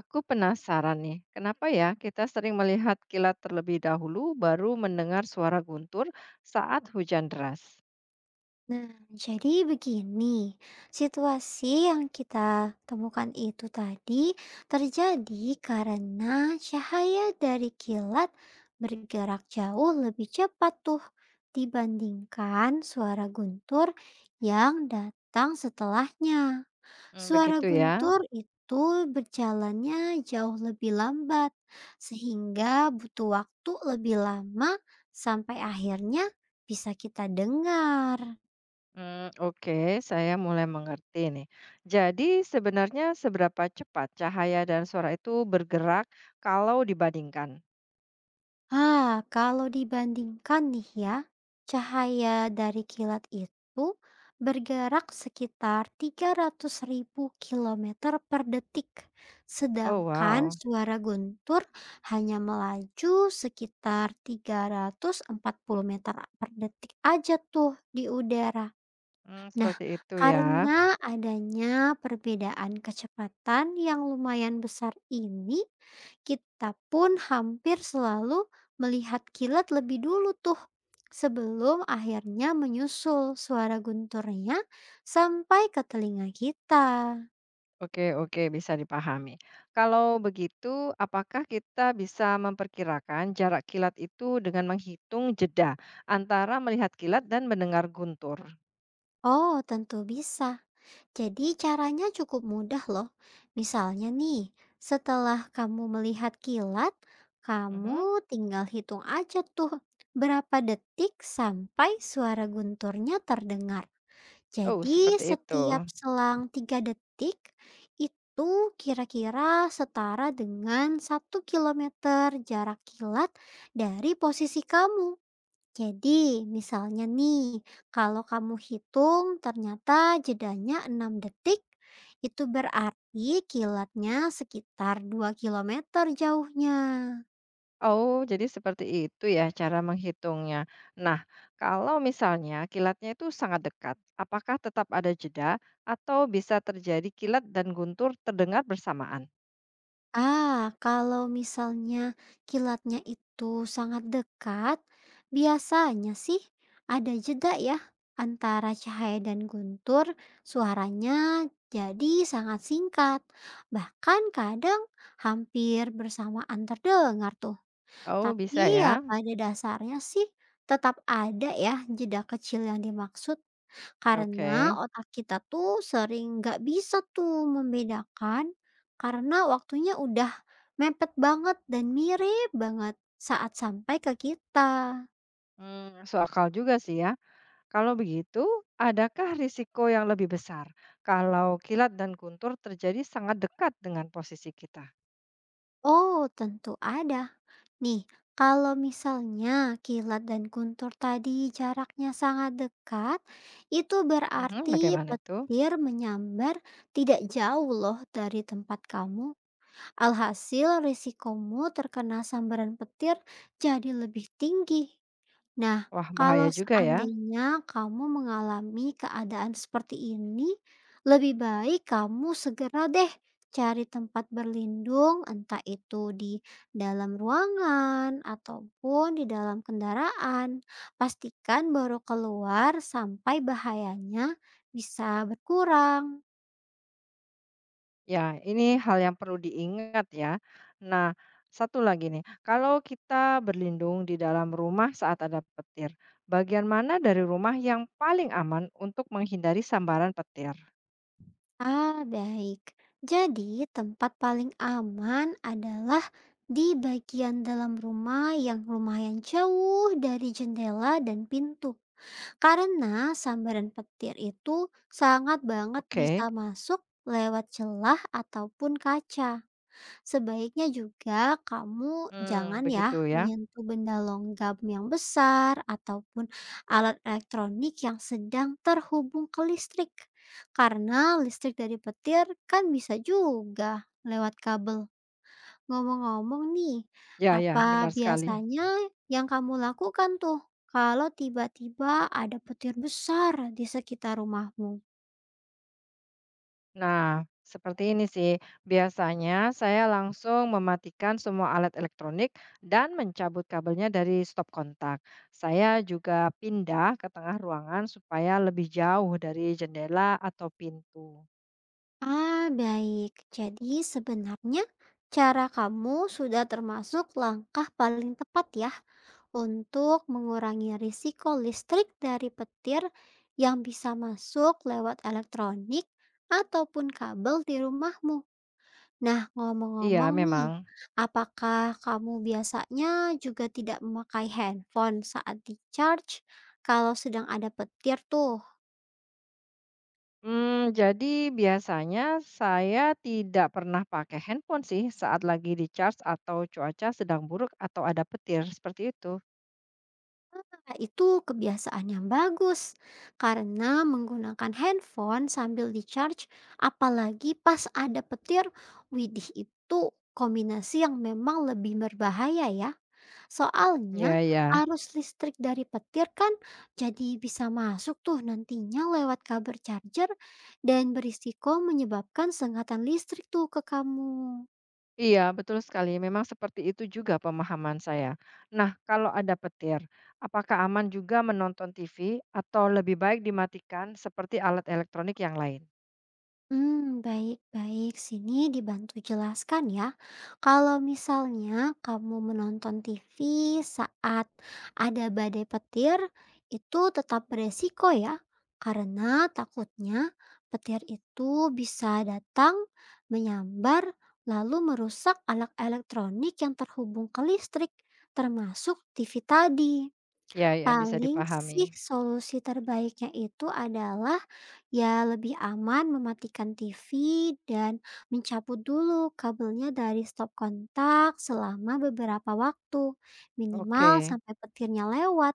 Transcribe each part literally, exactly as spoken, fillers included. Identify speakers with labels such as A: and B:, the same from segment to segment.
A: Aku penasaran nih, kenapa ya kita sering melihat kilat terlebih dahulu baru mendengar suara guntur saat hujan deras?
B: Nah, jadi begini, situasi yang kita temukan itu tadi terjadi karena cahaya dari kilat bergerak jauh lebih cepat tuh dibandingkan suara guntur yang datang setelahnya.
A: Hmm, begitu
B: Suara
A: ya.
B: guntur itu berjalannya jauh lebih lambat, sehingga butuh waktu lebih lama sampai akhirnya bisa kita dengar.
A: Hmm, oke, saya mulai mengerti nih. Jadi sebenarnya seberapa cepat cahaya dan suara itu bergerak kalau dibandingkan?
B: Ah, kalau dibandingkan nih ya, cahaya dari kilat itu bergerak sekitar tiga ratus ribu kilometer per detik,
A: Oh
B: sedangkan
A: wow.
B: suara guntur hanya melaju sekitar tiga ratus empat puluh meter per detik aja tuh di udara.
A: Hmm,
B: Nah,
A: seperti itu ya.
B: karena adanya perbedaan kecepatan yang lumayan besar ini, kita pun hampir selalu melihat kilat lebih dulu tuh sebelum akhirnya menyusul suara gunturnya sampai ke telinga kita.
A: Oke oke, bisa dipahami. Kalau begitu, apakah kita bisa memperkirakan jarak kilat itu dengan menghitung jeda antara melihat kilat dan mendengar guntur?
B: Oh, tentu bisa. Jadi caranya cukup mudah loh. Misalnya nih, setelah kamu melihat kilat,
A: Mhm.
B: kamu tinggal hitung aja tuh berapa detik sampai suara gunturnya terdengar.
A: Oh,
B: Jadi
A: seperti itu.
B: setiap selang tiga detik itu kira-kira setara dengan satu kilometer jarak kilat dari posisi kamu. Jadi, misalnya nih, kalau kamu hitung ternyata jedanya enam detik, itu berarti kilatnya sekitar dua kilometer jauhnya.
A: Oh, jadi seperti itu ya cara menghitungnya. Nah, kalau misalnya kilatnya itu sangat dekat, apakah tetap ada jeda atau bisa terjadi kilat dan guntur terdengar bersamaan?
B: Ah, kalau misalnya kilatnya itu sangat dekat, biasanya sih ada jeda ya antara cahaya dan guntur, suaranya jadi sangat singkat. Bahkan kadang hampir bersamaan terdengar tuh.
A: Oh, bisa
B: Tapi
A: ya.
B: ya pada dasarnya sih tetap ada ya jeda kecil yang dimaksud, karena
A: Oke.
B: otak kita tuh sering nggak bisa tuh membedakan karena waktunya udah mepet banget dan mirip banget saat sampai ke kita.
A: Hmm, masuk akal juga sih ya. Kalau begitu, adakah risiko yang lebih besar kalau kilat dan guntur terjadi sangat dekat dengan posisi kita?
B: Oh, tentu ada. Nih, kalau misalnya kilat dan guntur tadi jaraknya sangat dekat, itu
A: Mhm,
B: berarti
A: bagaimana itu?
B: petir menyambar tidak jauh loh dari tempat kamu. Alhasil risikomu terkena sambaran petir jadi lebih tinggi. Nah,
A: Wah, bahaya
B: kalau
A: juga ya.
B: seandainya kamu mengalami keadaan seperti ini, lebih baik kamu segera deh cari tempat berlindung, entah itu di dalam ruangan ataupun di dalam kendaraan. Pastikan baru keluar sampai bahayanya bisa berkurang.
A: Ya, ini hal yang perlu diingat ya. Nah, satu lagi nih, kalau kita berlindung di dalam rumah saat ada petir, bagian mana dari rumah yang paling aman untuk menghindari sambaran petir?
B: Ah, baik. Jadi, tempat paling aman adalah di bagian dalam rumah yang lumayan jauh dari jendela dan pintu. Karena sambaran petir itu sangat banget bisa
A: Oke,
B: masuk lewat celah ataupun kaca. Sebaiknya juga kamu
A: hmm,
B: jangan
A: begitu
B: ya
A: ya.
B: menyentuh benda logam yang besar ataupun alat elektronik yang sedang terhubung ke listrik. Karena listrik dari petir kan bisa juga lewat kabel. Ngomong-ngomong nih,
A: Ya, ya,
B: apa
A: benar sekali.
B: biasanya yang kamu lakukan tuh kalau tiba-tiba ada petir besar di sekitar rumahmu?
A: Nah, seperti ini sih. Biasanya saya langsung mematikan semua alat elektronik dan mencabut kabelnya dari stop kontak. Saya juga pindah ke tengah ruangan supaya lebih jauh dari jendela atau pintu.
B: Ah, baik. Jadi sebenarnya cara kamu sudah termasuk langkah paling tepat ya untuk mengurangi risiko listrik dari petir yang bisa masuk lewat elektronik ataupun kabel di rumahmu. Nah, ngomong-ngomong
A: Iya,
B: nih,
A: memang.
B: apakah kamu biasanya juga tidak memakai handphone saat di charge kalau sedang ada petir tuh?
A: Hmm, jadi biasanya saya tidak pernah pakai handphone sih saat lagi di charge atau cuaca sedang buruk atau ada petir seperti itu.
B: Nah, itu kebiasaan yang bagus karena menggunakan handphone sambil di-charge apalagi pas ada petir widih itu kombinasi yang memang lebih berbahaya ya. Soalnya
A: Iya, iya.
B: arus listrik dari petir kan jadi bisa masuk tuh nantinya lewat kabel charger dan berisiko menyebabkan sengatan listrik tuh ke kamu.
A: Iya, betul sekali. Memang seperti itu juga pemahaman saya. Nah, kalau ada petir, apakah aman juga menonton T V atau lebih baik dimatikan seperti alat elektronik yang lain?
B: Hmm, baik-baik. Sini dibantu jelaskan ya. Kalau misalnya kamu menonton T V saat ada badai petir, itu tetap beresiko ya. Karena takutnya petir itu bisa datang, menyambar, lalu merusak alat elektronik yang terhubung ke listrik, termasuk T V tadi.
A: Ya, ya bisa
B: Paling sih
A: dipahami.
B: solusi terbaiknya itu adalah ya lebih aman mematikan T V dan mencabut dulu kabelnya dari stop kontak selama beberapa waktu, minimal
A: Oke.
B: sampai petirnya lewat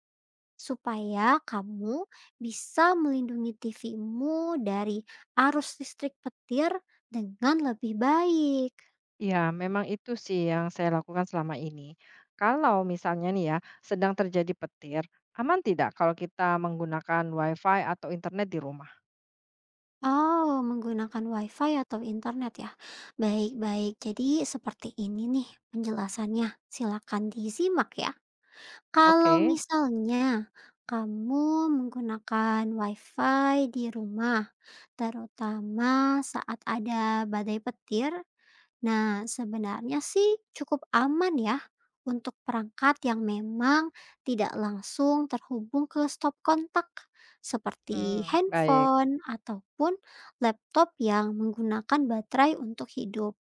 B: supaya kamu bisa melindungi TV-mu dari arus listrik petir dengan lebih baik.
A: Ya, memang itu sih yang saya lakukan selama ini. Kalau misalnya nih ya, sedang terjadi petir, aman tidak kalau kita menggunakan WiFi atau internet di rumah?
B: Oh, menggunakan WiFi atau internet ya? Baik-baik. Jadi seperti ini nih penjelasannya. Silakan disimak ya. Kalau
A: Oke.
B: misalnya kamu menggunakan WiFi di rumah, terutama saat ada badai petir, nah, sebenarnya sih cukup aman ya untuk perangkat yang memang tidak langsung terhubung ke stop kontak seperti
A: Hmm, baik.
B: handphone ataupun laptop yang menggunakan baterai untuk hidup.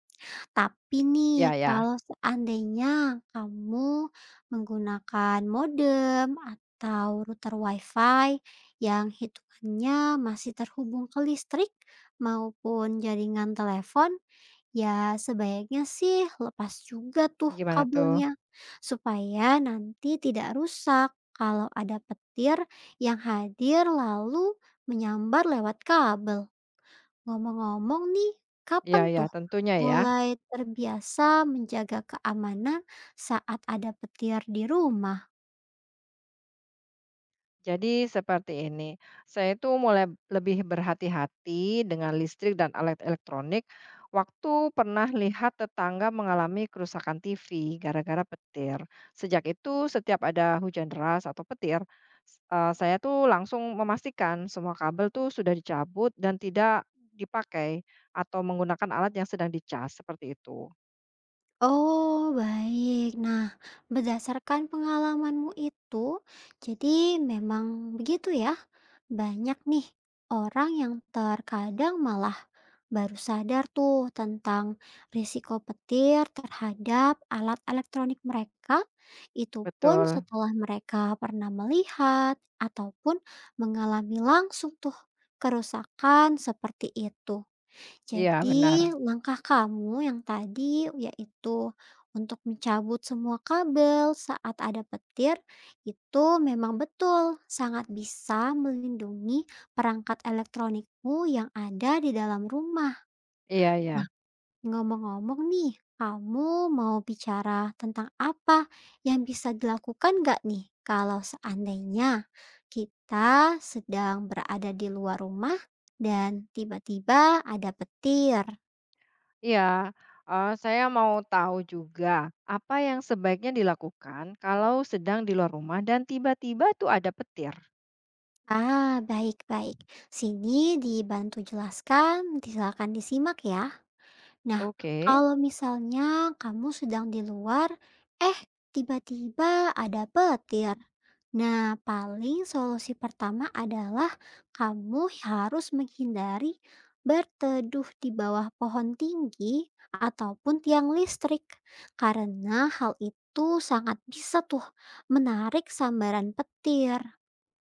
B: Tapi nih,
A: Ya, ya.
B: kalau seandainya kamu menggunakan modem atau router WiFi yang hitungannya masih terhubung ke listrik maupun jaringan telepon, ya, sebaiknya sih lepas juga tuh
A: Gimana tuh?
B: kabelnya, supaya nanti tidak rusak kalau ada petir yang hadir lalu menyambar lewat kabel. Ngomong-ngomong nih,
A: Ya,
B: kapan
A: ya,
B: tuh
A: tentunya ya.
B: mulai terbiasa menjaga keamanan saat ada petir di rumah?
A: Jadi seperti ini, saya itu mulai lebih berhati-hati dengan listrik dan alat elektronik waktu pernah lihat tetangga mengalami kerusakan T V gara-gara petir. Sejak itu, setiap ada hujan deras atau petir, s- eh, saya tuh langsung memastikan semua kabel tuh sudah dicabut dan tidak dipakai atau menggunakan alat yang sedang dicas seperti itu.
B: Oh, baik. Nah, berdasarkan pengalamanmu itu, jadi memang begitu ya. Banyak nih orang yang terkadang malah baru sadar tuh tentang risiko petir terhadap alat elektronik mereka, itu pun
A: Betul.
B: setelah mereka pernah melihat ataupun mengalami langsung tuh kerusakan seperti itu.
A: Iya,
B: Jadi,
A: benar.
B: langkah kamu yang tadi yaitu untuk mencabut semua kabel saat ada petir itu memang betul sangat bisa melindungi perangkat elektronikmu yang ada di dalam rumah.
A: Iya, iya.
B: Nah, ngomong-ngomong nih, kamu mau bicara tentang apa yang bisa dilakukan nggak nih kalau seandainya kita sedang berada di luar rumah dan tiba-tiba ada petir?
A: Iya, eee, saya mau tahu juga, apa yang sebaiknya dilakukan kalau sedang di luar rumah dan tiba-tiba tuh ada petir?
B: Ah, baik-baik. Sini dibantu jelaskan, silakan disimak ya. Nah,
A: Oke,
B: kalau misalnya kamu sedang di luar, eh tiba-tiba ada petir. Nah, paling solusi pertama adalah kamu harus menghindari berteduh di bawah pohon tinggi ataupun tiang listrik karena hal itu sangat bisa tuh menarik sambaran petir.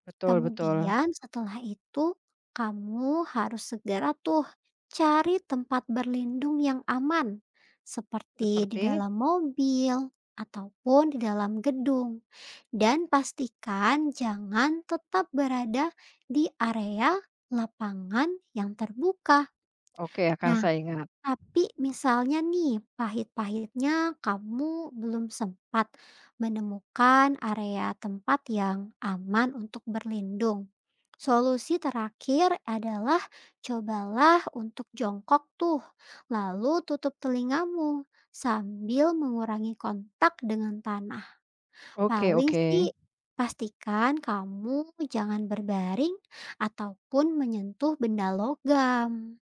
A: betul betul.
B: Kemudian setelah itu kamu harus segera tuh cari tempat berlindung yang aman seperti di
A: Seperti?
B: dalam mobil ataupun di dalam gedung dan pastikan jangan tetap berada di area lapangan yang terbuka.
A: Oke, akan
B: Nah,
A: saya ingat.
B: tapi misalnya nih, pahit-pahitnya kamu belum sempat menemukan area tempat yang aman untuk berlindung. Solusi terakhir adalah cobalah untuk jongkok tuh, lalu tutup telingamu sambil mengurangi kontak dengan tanah.
A: Oke
B: Paling
A: oke.
B: sih pastikan kamu jangan berbaring ataupun menyentuh benda logam.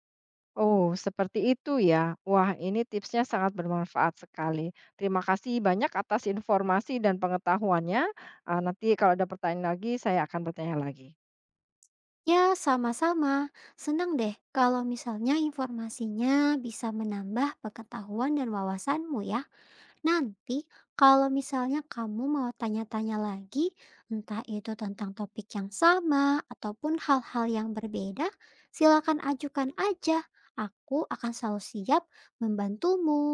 A: Oh, seperti itu ya. Wah, ini tipsnya sangat bermanfaat sekali. Terima kasih banyak atas informasi dan pengetahuannya. Eee, nanti kalau ada pertanyaan lagi, saya akan bertanya lagi.
B: Ya, sama-sama. Senang deh kalau misalnya informasinya bisa menambah pengetahuan dan wawasanmu ya. Nanti kalau misalnya kamu mau tanya-tanya lagi, entah itu tentang topik yang sama ataupun hal-hal yang berbeda, silakan ajukan aja. Aku akan selalu siap membantumu.